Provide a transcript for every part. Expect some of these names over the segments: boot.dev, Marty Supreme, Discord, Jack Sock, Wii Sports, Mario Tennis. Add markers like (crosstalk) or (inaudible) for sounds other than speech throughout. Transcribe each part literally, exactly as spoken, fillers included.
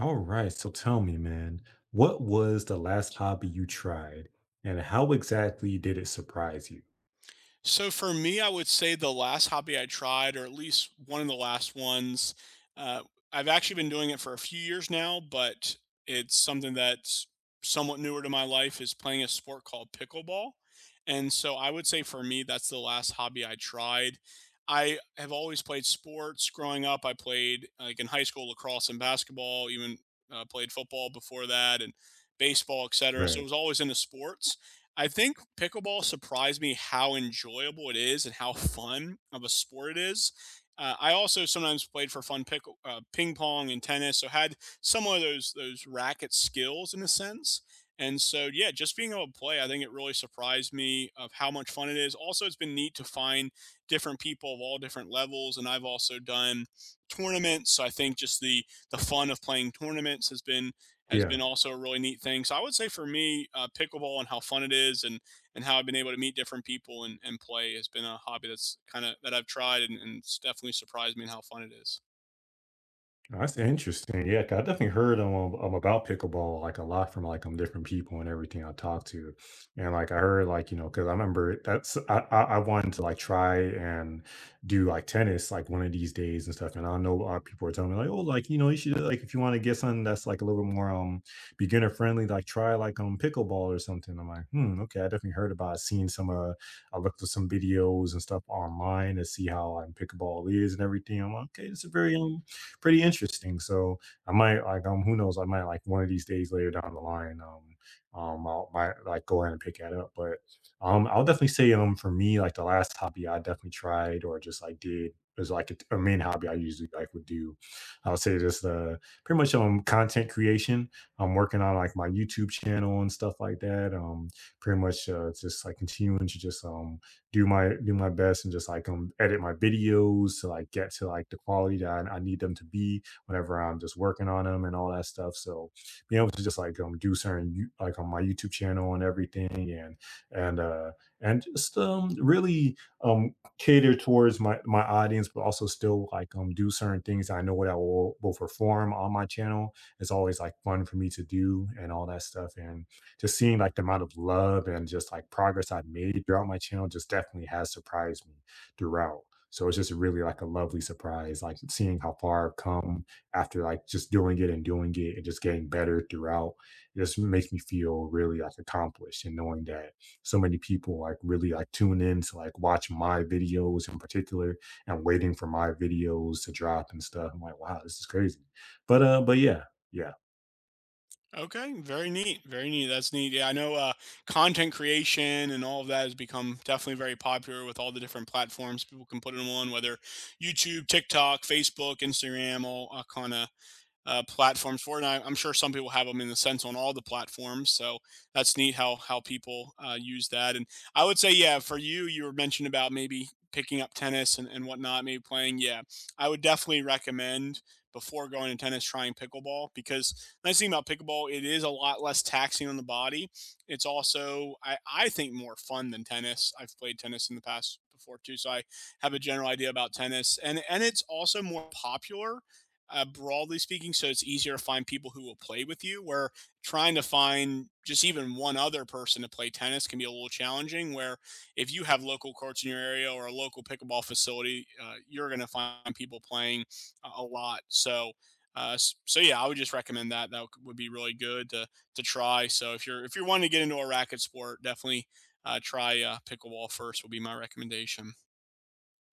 All right, so tell me, man, what was the last hobby you tried and how exactly did it surprise you? So for me, I would say the last hobby I tried, or at least one of the last ones, uh, I've actually been doing it for a few years now, but it's something that's somewhat newer to my life is playing a sport called pickleball. And so I would say for me, that's the last hobby I tried. I have always played sports growing up. I played like in high school lacrosse and basketball, even uh, played football before that and baseball, et cetera. So Right. it was always into sports. I think pickleball surprised me how enjoyable it is and how fun of a sport it is. Uh, I also sometimes played for fun pickle, uh, ping pong and tennis, so had some of those those racket skills in a sense. And so, yeah, just being able to play, I think it really surprised me of how much fun it is. Also, it's been neat to find different people of all different levels, and I've also done tournaments. So I think just the the fun of playing tournaments has been has Yeah. been also a really neat thing. So I would say for me, uh, pickleball and how fun it is, and and how I've been able to meet different people and, and play has been a hobby that's kind of that I've tried and, and it's definitely surprised me in how fun it is. No, that's interesting. Yeah, 'cause I definitely heard um, um, about pickleball, like a lot from like um different people and everything I talked to, and like I heard, like, you know, because I remember that's I, I I wanted to like try and do like tennis like one of these days and stuff, and I know uh, people are telling me like, oh, like, you know, you should like, if you want to get something that's like a little bit more um beginner friendly, like try like um pickleball or something. I'm like, hmm, okay, I definitely heard about it, seen some uh I looked for some videos and stuff online to see how um, pickleball is and everything. I'm like, okay, it's a very um pretty interesting. So I might like um who knows, I might like one of these days later down the line um um I'll might like go ahead and pick that up. But um I'll definitely say um for me, like the last hobby I definitely tried or just like did was like a, a main hobby I usually like would do. I'll say just uh pretty much um content creation. I'm working on like my YouTube channel and stuff like that. Um pretty much uh, just like continuing to just um do my do my best and just like um edit my videos to like get to like the quality that I, I need them to be whenever I'm just working on them and all that stuff. So being able to just like um do certain you- like on my YouTube channel and everything and and uh and just um really um cater towards my my audience, but also still like um do certain things I know that I will will perform on my channel. It's always like fun for me to do and all that stuff, and just seeing like the amount of love and just like progress I've made throughout my channel just definitely has surprised me throughout. So it's just really like a lovely surprise, like seeing how far I've come after like just doing it and doing it and just getting better throughout. It just makes me feel really like accomplished and knowing that so many people like really like tune in to like watch my videos in particular and waiting for my videos to drop and stuff. I'm like, wow, this is crazy. But uh, but yeah, yeah. Okay, very neat, very neat. That's neat. Yeah, I know, uh, content creation and all of that has become definitely very popular with all the different platforms people can put it on, whether YouTube, TikTok, Facebook, Instagram, all uh, kind of uh, platforms for it. And I, I'm sure some people have them in the sense on all the platforms. So that's neat how how people uh, use that. And I would say, yeah, for you, you were mentioned about maybe picking up tennis and, and whatnot, maybe playing. Yeah, I would definitely recommend before going to tennis trying pickleball because the nice thing about pickleball, it is a lot less taxing on the body. It's also, I, I think, more fun than tennis. I've played tennis in the past before too, so I have a general idea about tennis. And and it's also more popular, uh, broadly speaking. So it's easier to find people who will play with you. Where trying to find just even one other person to play tennis can be a little challenging. Where if you have local courts in your area or a local pickleball facility, uh, you're going to find people playing a, lot. So. Uh, so yeah, I would just recommend that. That would be really good to to try. So if you're if you're wanting to get into a racket sport, definitely uh, try uh, pickleball first. Would be my recommendation.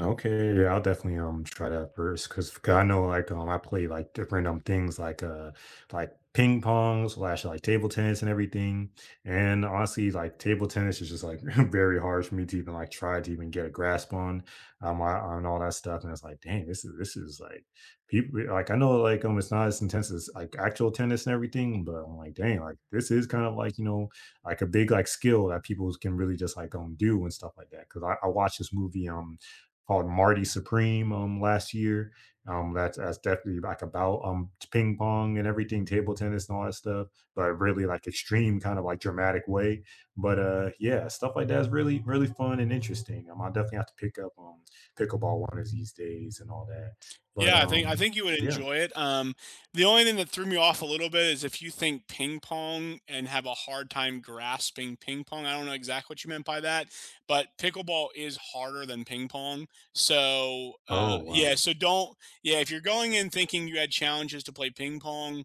Okay, yeah, I'll definitely um try that first because I know like um I play like different um things like uh like ping pong slash like table tennis and everything. And honestly, like table tennis is just like (laughs) very hard for me to even like try to even get a grasp on um I- on all that stuff. And it's like, dang, this is this is like people like I know like um it's not as intense as like actual tennis and everything, but I'm like, dang, like this is kind of like, you know, like a big like skill that people can really just like um do and stuff like that. Because I, I watched this movie um called Marty Supreme um, last year. Um, that's that's definitely like about um ping pong and everything, table tennis and all that stuff, but really like extreme kind of like dramatic way. But uh, Yeah, stuff like that is really really fun and interesting. Um, I definitely have to pick up um pickleball one of these days and all that. But Yeah, I think I um, think you would Yeah. enjoy it. Um, the only thing that threw me off a little bit is if you think ping pong and have a hard time grasping ping pong. I don't know exactly what you meant by that, but pickleball is harder than ping pong. So Oh uh, yeah, wow. so don't yeah. If you're going in thinking you had challenges to play ping pong,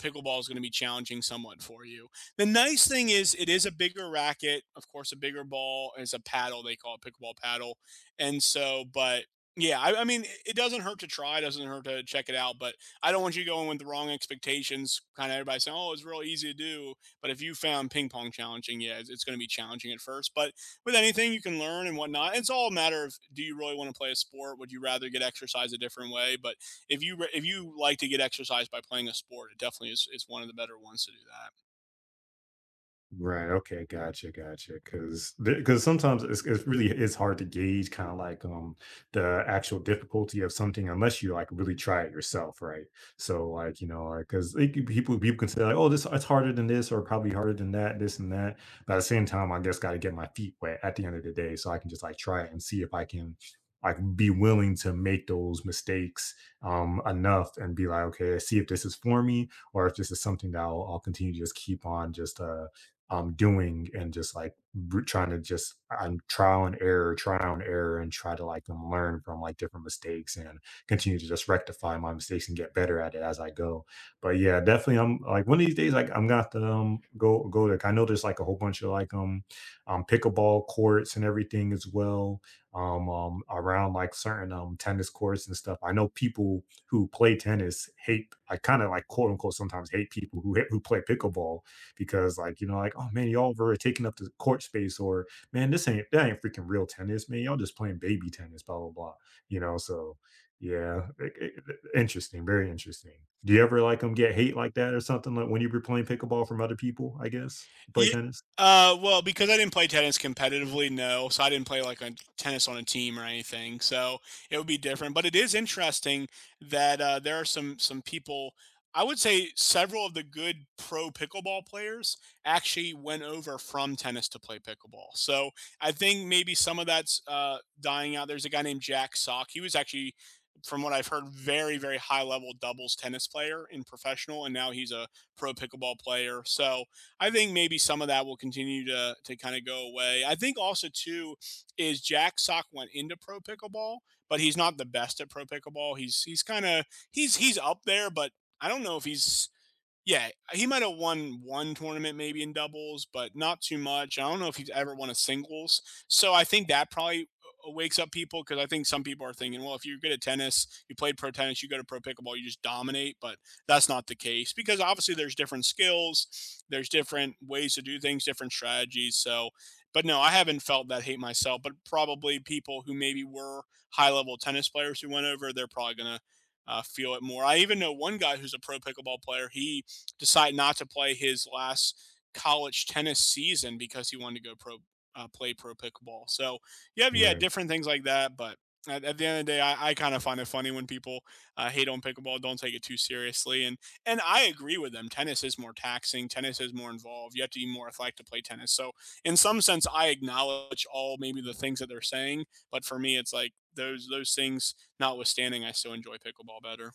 pickleball is going to be challenging somewhat for you. The nice thing is it is a bigger racket, of course, a bigger ball it's a paddle. They call it pickleball paddle, and so but yeah, I I mean, it doesn't hurt to try, doesn't hurt to check it out, but I don't want you going with the wrong expectations, kinda everybody saying, "Oh, it's real easy to do," but if you found ping pong challenging, yeah, it's it's gonna be challenging at first, but with anything you can learn and whatnot, it's all a matter of do you really wanna play a sport? Would you rather get exercise a different way? But if you re if you like to get exercise by playing a sport, it definitely is is one of the better ones to do that. Right. Okay. Gotcha. Gotcha. Because because sometimes it's, it's really it's hard to gauge kind of like um the actual difficulty of something unless you like really try it yourself, right? So like, you know, like because people people can say like, oh, this it's harder than this or probably harder than that, this and that, but at the same time I just got to get my feet wet at the end of the day so I can just like try it and see if I can like be willing to make those mistakes um enough and be like, okay, see if this is for me or if this is something that I'll, I'll continue to just keep on just uh um, doing and just like br- trying to just I'm trial and error, trial and error, and try to like um, learn from like different mistakes and continue to just rectify my mistakes and get better at it as I go. But yeah, definitely I'm like one of these days like I'm gonna have to um, go go to. I know there's like a whole bunch of like um um pickleball courts and everything as well, um, um around like certain um tennis courts and stuff. I know people who play tennis hate, I kind of like quote unquote sometimes hate people who hate, who play pickleball, because like, you know, like, oh man, y'all were taking up the court space, or man, this ain't that ain't freaking real tennis, man. Y'all just playing baby tennis, blah blah blah. You know, so yeah, it- it- it- interesting, very interesting. Do you ever like them get hate like that or something like when you were playing pickleball from other people? I guess you play Yeah. tennis, uh, well, because I didn't play tennis competitively, no. So I didn't play like a tennis on a team or anything. So it would be different. But it is interesting that uh, there are some some people. I would say several of the good pro pickleball players actually went over from tennis to play pickleball. So I think maybe some of that's uh, dying out. There's a guy named Jack Sock. He was actually, from what I've heard, very very high level doubles tennis player in professional, and now he's a pro pickleball player. So I think maybe some of that will continue to to kind of go away. I think also too is Jack Sock went into pro pickleball, but he's not the best at pro pickleball. He's he's kind of he's he's up there, but I don't know if he's yeah, he might have won one tournament maybe in doubles, but not too much. I don't know if he's ever won a singles. So I think that probably uh, wakes up people because I think some people are thinking, well, if you're good at tennis, you played pro tennis, you go to pro pickleball, you just dominate. But that's not the case because obviously there's different skills, there's different ways to do things, different strategies. So, but no, I haven't felt that hate myself, but probably people who maybe were high level tennis players who went over, they're probably going to uh, feel it more. I even know one guy who's a pro pickleball player. He decide not to play his last college tennis season because he wanted to go pro uh, play pro pickleball. So you have yeah right? different things like that, but at, at the end of the day, I, I kind of find it funny when people uh, hate on pickleball, don't take it too seriously, and and I agree with them. Tennis is more taxing. Tennis is more involved. You have to be more athletic to play tennis. So in some sense, I acknowledge all maybe the things that they're saying, but for me, it's like those those things notwithstanding, I still enjoy pickleball better.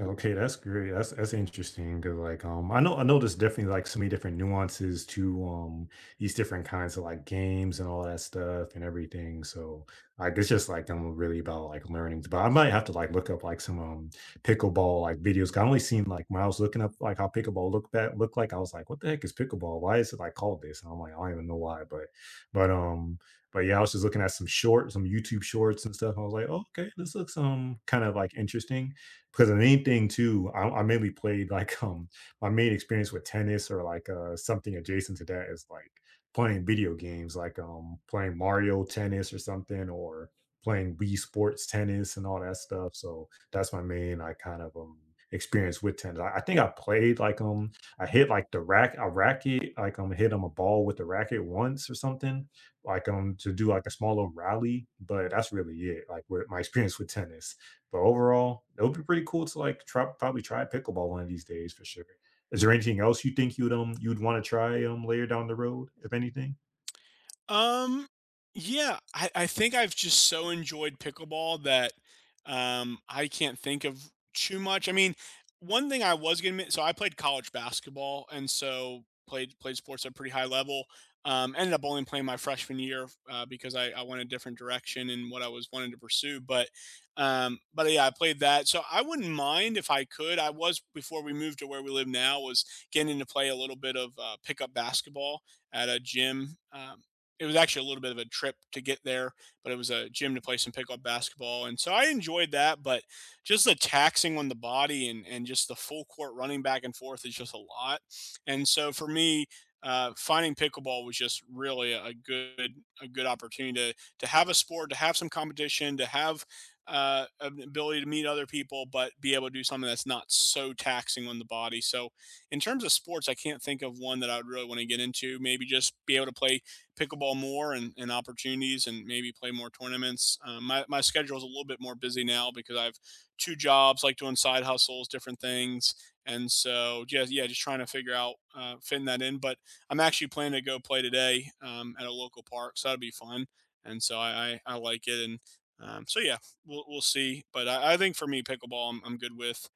Okay, that's great. That's that's interesting because like, um, I know I know there's definitely like so many different nuances to um these different kinds of like games and all that stuff and everything. So like it's just like I'm really about like learning. But I might have to like look up like some um pickleball like videos. 'Cause I only seen like when I was looking up like how pickleball looked that looked like. I was like, what the heck is pickleball? Why is it like called this? And I'm like, I don't even know why. But but um but yeah, I was just looking at some shorts, some YouTube shorts and stuff. I was like, oh, okay, this looks um kind of like interesting because the main thing too, I, I mainly played like (laughs) um my main experience with tennis or like uh something adjacent to that is like playing video games, like um playing Mario Tennis or something, or playing Wii Sports Tennis and all that stuff. So that's my main I kind of um experience with tennis. I, I think I played like um I hit like the rack a racket like um hit um a ball with the racket once or something like um to do like a small little rally, but that's really it. Like with my experience with tennis. But overall, it would be pretty cool to like try probably try pickleball one of these days for sure. Is there anything else you think you'd um you'd want to try um later down the road, if anything? Um, yeah, I, I think I've just so enjoyed pickleball that um, I can't think of too much. I mean, one thing I was gonna men- so I played college basketball and so played played sports at a pretty high level. Um, ended up only playing my freshman year uh, because I, I went a different direction in what I was wanting to pursue. But um, but uh, yeah, I played that. So I wouldn't mind if I could. I was before we moved to where we live now was getting to play a little bit of uh, pickup basketball at a gym. Um, it was actually a little bit of a trip to get there, but it was a gym to play some pickup basketball. And so I enjoyed that, but just the taxing on the body and, and just the full court running back and forth is just a lot. And so for me, uh, finding pickleball was just really a good a good opportunity to to have a sport, to have some competition, to have uh, an ability to meet other people, but be able to do something that's not so taxing on the body. So in terms of sports, I can't think of one that I would really want to get into. Maybe just be able to play pickleball more and, and opportunities and maybe play more tournaments. Um, my, my schedule is a little bit more busy now because I have two jobs, like doing side hustles, different things. And so, yeah, yeah, just trying to figure out uh, fitting that in. But I'm actually planning to go play today um, at a local park, so that'll be fun. And so I, I, I like it. And um, so yeah, we'll we'll see. But I, I think for me, pickleball, I'm, I'm good with.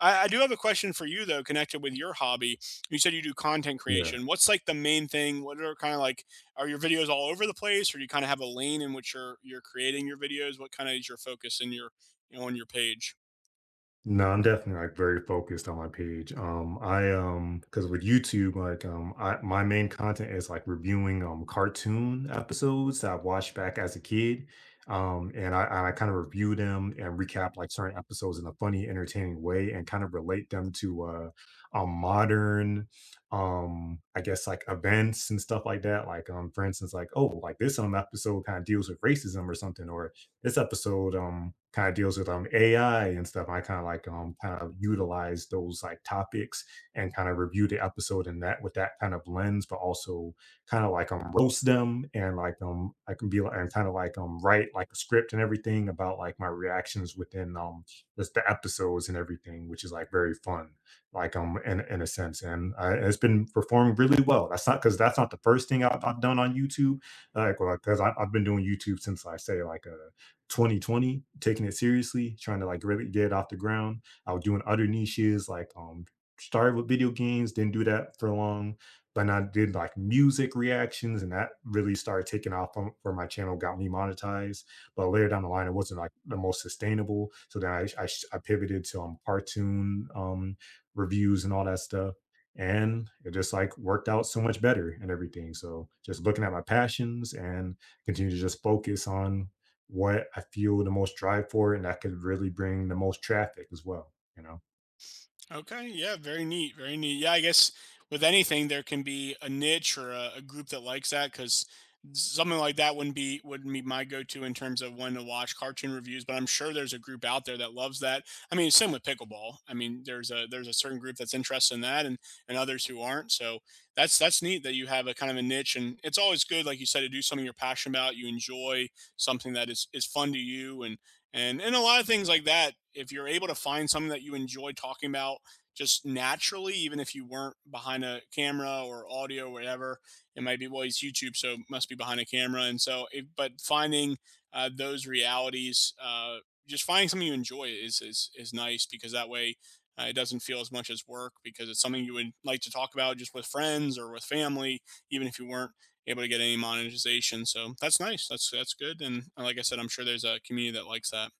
I, I do have a question for you though, connected with your hobby. You said you do content Yeah. creation. What's like the main thing? What are kind of like are your videos all over the place or do you kind of have a lane in which you're you're creating your videos, what kind of is your focus in your you know, on your page? No, I'm definitely like very focused on my page. Um, I um, Because with YouTube, like um, I my main content is like reviewing um cartoon episodes that I've watched back as a kid, um, and I and I kind of review them and recap like certain episodes in a funny, entertaining way, and kind of relate them to uh, um modern, um, I guess like events and stuff like that. Like um, for instance, like, oh, like this um episode kind of deals with racism or something, or this episode um kind of deals with um A I and stuff. I kind of like um kind of utilize those like topics and kind of review the episode in that with that kind of lens, but also kind of like um roast them and like um I can be like and kind of like um write like a script and everything about like my reactions within um just the episodes and everything, which is like very fun, like um in in a sense. And uh, it's been performing really well. That's not because that's not the first thing I've, I've done on YouTube, like because I've been doing YouTube since I say like uh, twenty twenty, taking it seriously, trying to like really get it off the ground. I was doing other niches like um started with video games, didn't do that for long, but then I did like music reactions, and that really started taking off on, where my channel got me monetized. But later down the line, it wasn't like the most sustainable. So then I I, sh- I pivoted to um cartoon um reviews and all that stuff. And it just like worked out so much better and everything. So just looking at my passions and continue to just focus on what I feel the most drive for and that could really bring the most traffic as well, you know. Okay, yeah, very neat, very neat. Yeah, I guess with anything there can be a niche or a, a group that likes that because something like that wouldn't be wouldn't be my go-to in terms of when to watch cartoon reviews. But I'm sure there's a group out there that loves that. I mean, same with pickleball. I mean, there's a there's a certain group that's interested in that, and and others who aren't. So that's that's neat that you have a kind of a niche, and it's always good, like you said, to do something you're passionate about, you enjoy something that is is fun to you, and and and a lot of things like that. If you're able to find something that you enjoy talking about just naturally, even if you weren't behind a camera or audio or whatever. It might be, well, he's YouTube, so must be behind a camera. And so, it, but finding uh, those realities, uh, just finding something you enjoy is, is, is nice because that way uh, it doesn't feel as much as work because it's something you would like to talk about just with friends or with family, even if you weren't able to get any monetization. So that's nice. That's, that's good. And uh, like I said, I'm sure there's a community that likes that.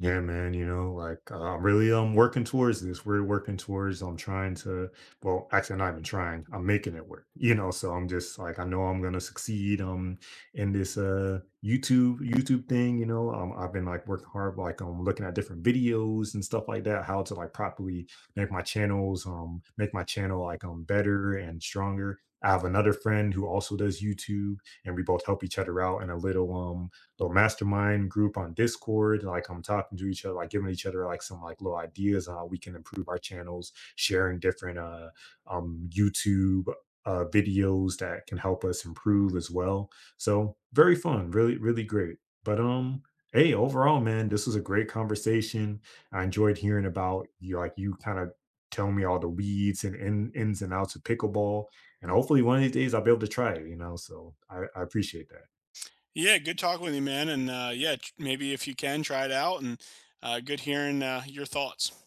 Yeah, man, you know, like uh, I'm really um working towards this. We're working towards I'm trying to well, actually not even trying. I'm making it work. You know, so I'm just like I know I'm gonna succeed um in this uh YouTube YouTube thing, you know. Um I've been like working hard like um looking at different videos and stuff like that, how to like properly make my channels, um make my channel like um better and stronger. I have another friend who also does YouTube and we both help each other out in a little um little mastermind group on Discord. Like I'm talking to each other, like giving each other like some like little ideas on how we can improve our channels, sharing different uh um YouTube uh videos that can help us improve as well. So very fun, really, really great. But um Hey, overall, man, this was a great conversation. I enjoyed hearing about you, like you kind of telling me all the weeds and in, ins and outs of pickleball, and hopefully one of these days I'll be able to try it, you know, so i, I appreciate that. Yeah, good talking with you, man. And uh, yeah, tr- maybe if you can try it out, and uh, good hearing uh, your thoughts.